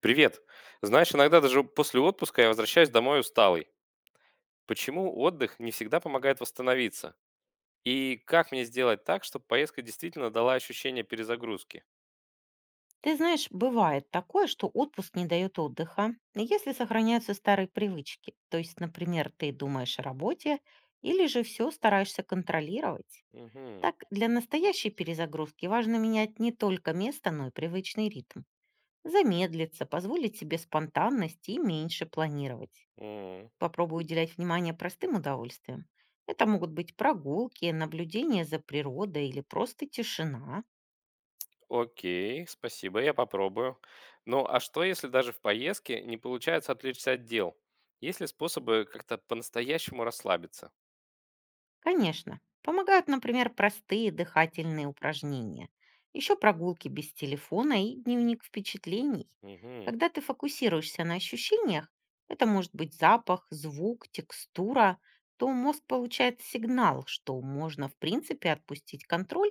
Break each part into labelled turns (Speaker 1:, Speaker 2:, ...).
Speaker 1: Привет. Знаешь, иногда даже после отпуска я возвращаюсь домой усталый. Почему отдых не всегда помогает восстановиться? И как мне сделать так, чтобы поездка действительно дала ощущение перезагрузки?
Speaker 2: Ты знаешь, бывает такое, что отпуск не дает отдыха, если сохраняются старые привычки. То есть, например, ты думаешь о работе или же все стараешься контролировать.
Speaker 1: Мгм.
Speaker 2: Так, для настоящей перезагрузки важно менять не только место, но и привычный ритм. Замедлиться, позволить себе спонтанность и меньше планировать.
Speaker 1: М.
Speaker 2: Попробуй уделять внимание простым удовольствиям. Это могут быть прогулки, наблюдение за природой или просто тишина.
Speaker 1: Окей, спасибо, я попробую. Ну, а что, если даже в поездке не получается отвлечься от дел? Есть ли способы как-то по-настоящему расслабиться?
Speaker 2: Конечно, помогают, например, простые дыхательные упражнения, еще прогулки без телефона и дневник впечатлений. Когда ты фокусируешься на ощущениях, это может быть запах, звук, текстура, то мозг получает сигнал, что можно, в принципе, отпустить контроль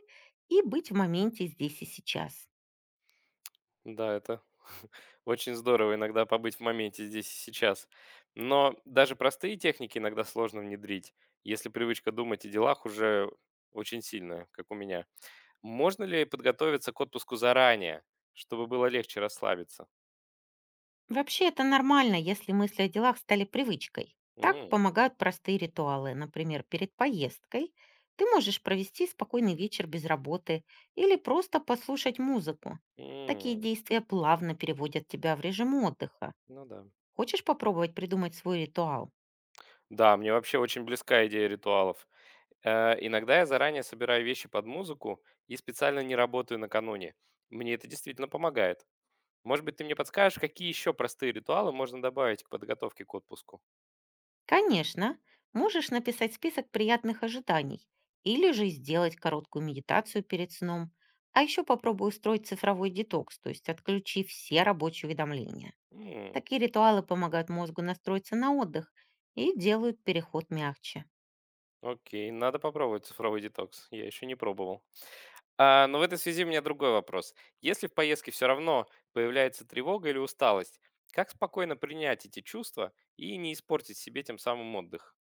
Speaker 2: и быть в моменте здесь и сейчас.
Speaker 1: Да, это очень здорово иногда побыть в моменте здесь и сейчас. Но даже простые техники иногда сложно внедрить, если привычка думать о делах уже очень сильная, как у меня. Можно ли подготовиться к отпуску заранее, чтобы было легче расслабиться?
Speaker 2: Вообще это нормально, если мысли о делах стали привычкой. Так
Speaker 1: М.
Speaker 2: помогают простые ритуалы. Например, перед поездкой ты можешь провести спокойный вечер без работы или просто послушать музыку. Такие
Speaker 1: М.
Speaker 2: действия плавно переводят тебя в режим отдыха.
Speaker 1: Ну да.
Speaker 2: Хочешь попробовать придумать свой ритуал?
Speaker 1: Да, мне вообще очень близка идея ритуалов. Иногда я заранее собираю вещи под музыку и специально не работаю накануне. Мне это действительно помогает. Может быть, ты мне подскажешь, какие еще простые ритуалы можно добавить к подготовке к отпуску?
Speaker 2: Конечно, можешь написать список приятных ожиданий или же сделать короткую медитацию перед сном. А еще попробуй устроить цифровой детокс, то есть отключи все рабочие уведомления.
Speaker 1: М.
Speaker 2: Такие ритуалы помогают мозгу настроиться на отдых и делают переход мягче.
Speaker 1: Окей, надо попробовать цифровой детокс. Я еще не пробовал. А, но в этой связи у меня другой вопрос. Если в поездке все равно появляется тревога или усталость, как спокойно принять эти чувства и не испортить себе тем самым отдых?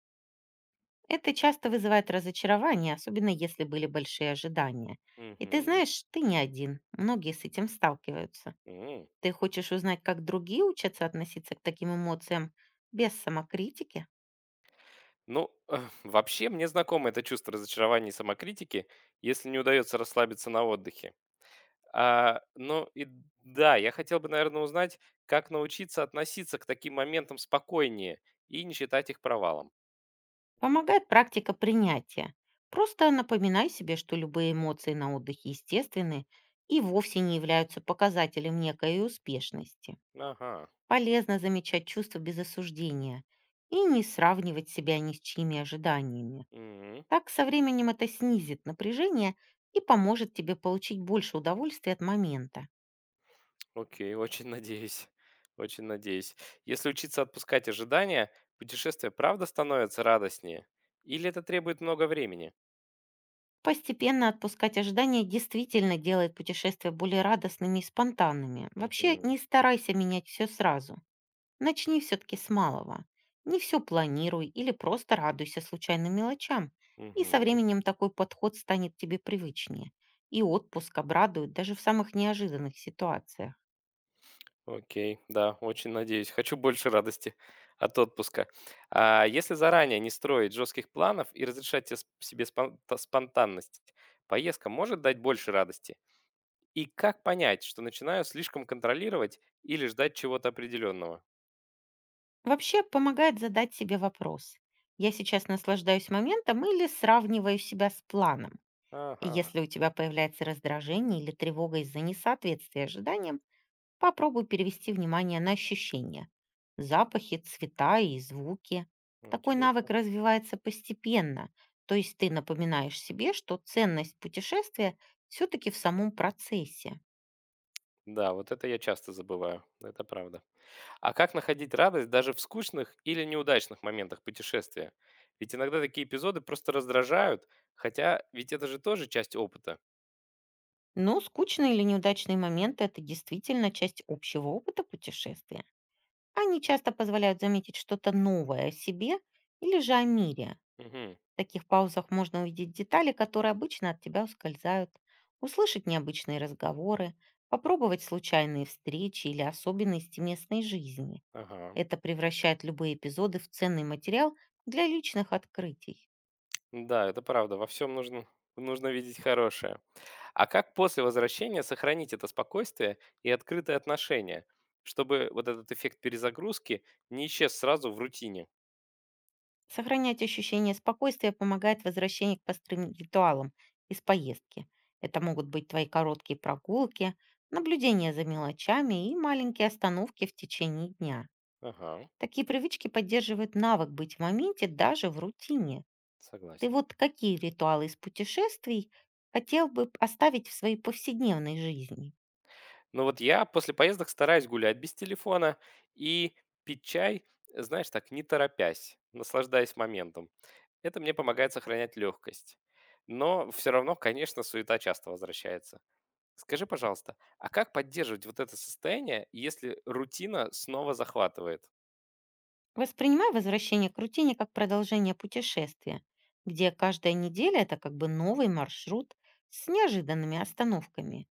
Speaker 2: Это часто вызывает разочарование, особенно если были большие ожидания. И ты
Speaker 1: Мгм.
Speaker 2: знаешь, ты не один, многие с этим сталкиваются.
Speaker 1: М.
Speaker 2: Ты хочешь узнать, как другие учатся относиться к таким эмоциям без самокритики?
Speaker 1: Ну, вообще мне знакомо это чувство разочарования и самокритики, если не удается расслабиться на отдыхе. А, ну и да, я хотел бы, наверное, узнать, как научиться относиться к таким моментам спокойнее и не считать их провалом.
Speaker 2: Помогает практика принятия. Просто напоминай себе, что любые эмоции на отдыхе естественны и вовсе не являются показателем некой успешности.
Speaker 1: Ага.
Speaker 2: Полезно замечать чувства без осуждения и не сравнивать себя ни с чьими ожиданиями.
Speaker 1: Мгм.
Speaker 2: Так со временем это снизит напряжение и поможет тебе получить больше удовольствия от момента.
Speaker 1: Окей, очень надеюсь. Очень надеюсь. Если учиться отпускать ожидания, путешествие правда становится радостнее? Или это требует много времени?
Speaker 2: Постепенно отпускать ожидания действительно делает путешествия более радостными и спонтанными. Вообще
Speaker 1: Мгм.
Speaker 2: не старайся менять все сразу. Начни все-таки с малого. Не все планируй или просто радуйся случайным мелочам. И со
Speaker 1: Мгм.
Speaker 2: временем такой подход станет тебе привычнее. И отпуск обрадует даже в самых неожиданных ситуациях.
Speaker 1: Окей, да, очень надеюсь. Хочу больше радости от отпуска. А если заранее не строить жестких планов и разрешать себе спонтанность, поездка может дать больше радости? И как понять, что начинаю слишком контролировать или ждать чего-то определенного?
Speaker 2: Вообще помогает задать себе вопрос. Я сейчас наслаждаюсь моментом или сравниваю себя с планом? И
Speaker 1: Ага,
Speaker 2: если у тебя появляется раздражение или тревога из-за несоответствия ожиданиям, попробуй перевести внимание на ощущения, запахи, цвета и звуки.
Speaker 1: ну,
Speaker 2: Такой навык
Speaker 1: интересно.
Speaker 2: развивается постепенно, то есть ты напоминаешь себе, что ценность путешествия все-таки в самом процессе.
Speaker 1: Да, вот это я часто забываю, это правда. А как находить радость даже в скучных или неудачных моментах путешествия? Ведь иногда такие эпизоды просто раздражают, хотя ведь это же тоже часть опыта.
Speaker 2: Но скучные или неудачные моменты– это действительно часть общего опыта путешествия. Они часто позволяют заметить что-то новое о себе или же о мире.
Speaker 1: Мгм.
Speaker 2: В таких паузах можно увидеть детали, которые обычно от тебя ускользают, услышать необычные разговоры, попробовать случайные встречи или особенности местной жизни.
Speaker 1: Ага.
Speaker 2: Это превращает любые эпизоды в ценный материал для личных открытий.
Speaker 1: Да, это правда. Во всем нужно, нужно видеть хорошее. А как после возвращения сохранить это спокойствие и открытые отношения, чтобы вот этот эффект перезагрузки не исчез сразу в рутине?
Speaker 2: Сохранять ощущение спокойствия помогает возвращение к простым ритуалам из поездки. Это могут быть твои короткие прогулки, наблюдение за мелочами и маленькие остановки в течение дня.
Speaker 1: Ага,
Speaker 2: Такие привычки поддерживают навык быть в моменте даже в рутине. Ты
Speaker 1: согласен.
Speaker 2: вот какие ритуалы из путешествий хотел бы оставить в своей повседневной жизни?
Speaker 1: Но вот я после поездок стараюсь гулять без телефона и пить чай, знаешь, так, не торопясь, наслаждаясь моментом. Это мне помогает сохранять легкость. Но все равно, конечно, суета часто возвращается. Скажи, пожалуйста, а как поддерживать вот это состояние, если рутина снова захватывает?
Speaker 2: Воспринимай возвращение к рутине как продолжение путешествия, где каждая неделя– это как бы новый маршрут с неожиданными остановками.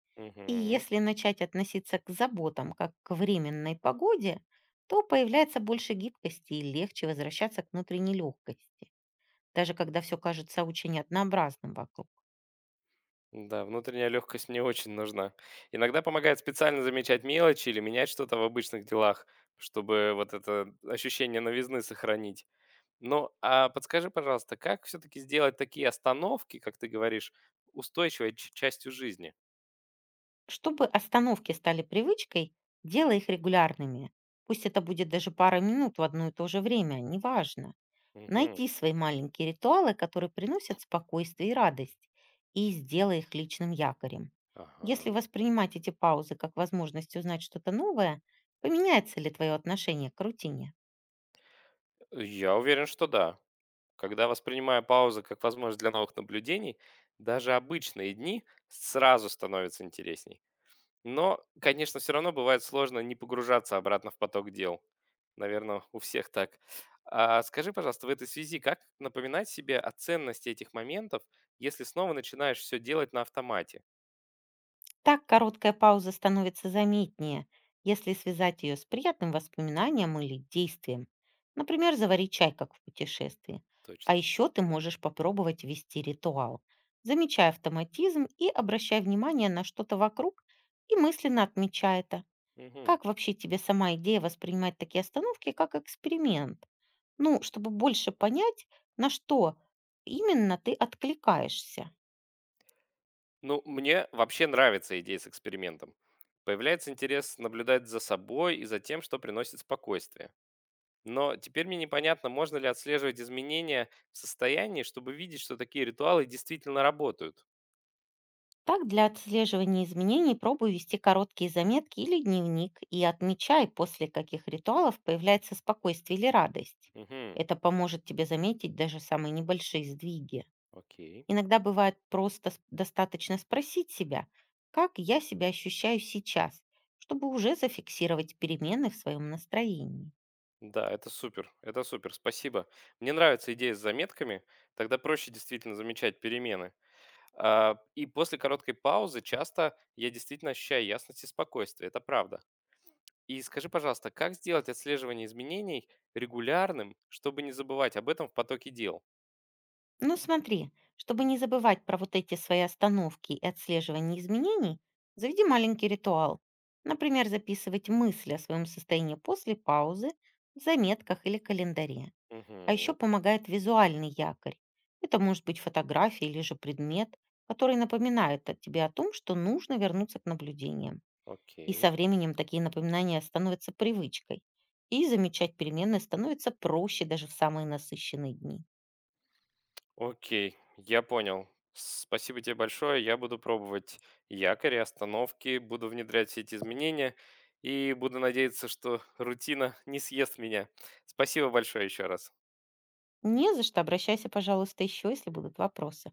Speaker 2: И
Speaker 1: Мгм.
Speaker 2: если начать относиться к заботам как к временной погоде, то появляется больше гибкости и легче возвращаться к внутренней легкости, даже когда все кажется очень однообразным вокруг.
Speaker 1: Да, внутренняя легкость мне очень нужна. Иногда помогает специально замечать мелочи или менять что-то в обычных делах, чтобы вот это ощущение новизны сохранить. Ну, а подскажи, пожалуйста, как все-таки сделать такие остановки, как ты говоришь, устойчивой частью жизни?
Speaker 2: Чтобы остановки стали привычкой, делай их регулярными. Пусть это будет даже пара минут в одно и то же время, неважно.
Speaker 1: Мгм.
Speaker 2: Найди свои маленькие ритуалы, которые приносят спокойствие и радость, и сделай их личным якорем. Если
Speaker 1: Ага.
Speaker 2: воспринимать эти паузы как возможность узнать что-то новое, поменяется ли твое отношение к рутине?
Speaker 1: Я уверен, что да. Когда воспринимаю паузу как возможность для новых наблюдений, даже обычные дни сразу становятся интересней. Но, конечно, все равно бывает сложно не погружаться обратно в поток дел. Наверное, у всех так. А скажи, пожалуйста, в этой связи, как напоминать себе о ценности этих моментов, если снова начинаешь все делать на автомате?
Speaker 2: Так короткая пауза становится заметнее, если связать ее с приятным воспоминанием или действием. Например, заварить чай, как в путешествии. А
Speaker 1: Точно.
Speaker 2: еще ты можешь попробовать ввести ритуал. Замечай автоматизм и обращай внимание на что-то вокруг и мысленно отмечай это.
Speaker 1: Мгм.
Speaker 2: Как вообще тебе сама идея воспринимать такие остановки как эксперимент? Ну, чтобы больше понять, на что именно ты откликаешься.
Speaker 1: Ну, мне вообще нравится идея с экспериментом. Появляется интерес наблюдать за собой и за тем, что приносит спокойствие. Но теперь мне непонятно, можно ли отслеживать изменения в состоянии, чтобы видеть, что такие ритуалы действительно работают.
Speaker 2: Так, для отслеживания изменений пробуй вести короткие заметки или дневник и отмечай, после каких ритуалов появляется спокойствие или радость.
Speaker 1: Угу,
Speaker 2: Это поможет тебе заметить даже самые небольшие сдвиги.
Speaker 1: окей.
Speaker 2: Иногда бывает просто достаточно спросить себя, как я себя ощущаю сейчас, чтобы уже зафиксировать перемены в своем настроении.
Speaker 1: Да, это супер, спасибо. Мне нравится идея с заметками, тогда проще действительно замечать перемены. А, и после короткой паузы часто я действительно ощущаю ясность и спокойствие, это правда. И скажи, пожалуйста, как сделать отслеживание изменений регулярным, чтобы не забывать об этом в потоке дел?
Speaker 2: Ну, смотри, чтобы не забывать про вот эти свои остановки и отслеживание изменений, заведи маленький ритуал. Например, записывать мысли о своем состоянии после паузы в заметках или календаре. А еще
Speaker 1: Угу,
Speaker 2: помогает визуальный якорь. Это может быть фотография или же предмет, который напоминает о тебе о том, что нужно вернуться к наблюдениям. И со
Speaker 1: окей.
Speaker 2: временем такие напоминания становятся привычкой. И замечать перемены становится проще даже в самые насыщенные дни.
Speaker 1: Окей, я понял. Спасибо тебе большое. Я буду пробовать якори, остановки, буду внедрять все эти изменения и буду надеяться, что рутина не съест меня. Спасибо большое еще раз.
Speaker 2: Не за что, обращайся, пожалуйста, еще, если будут вопросы.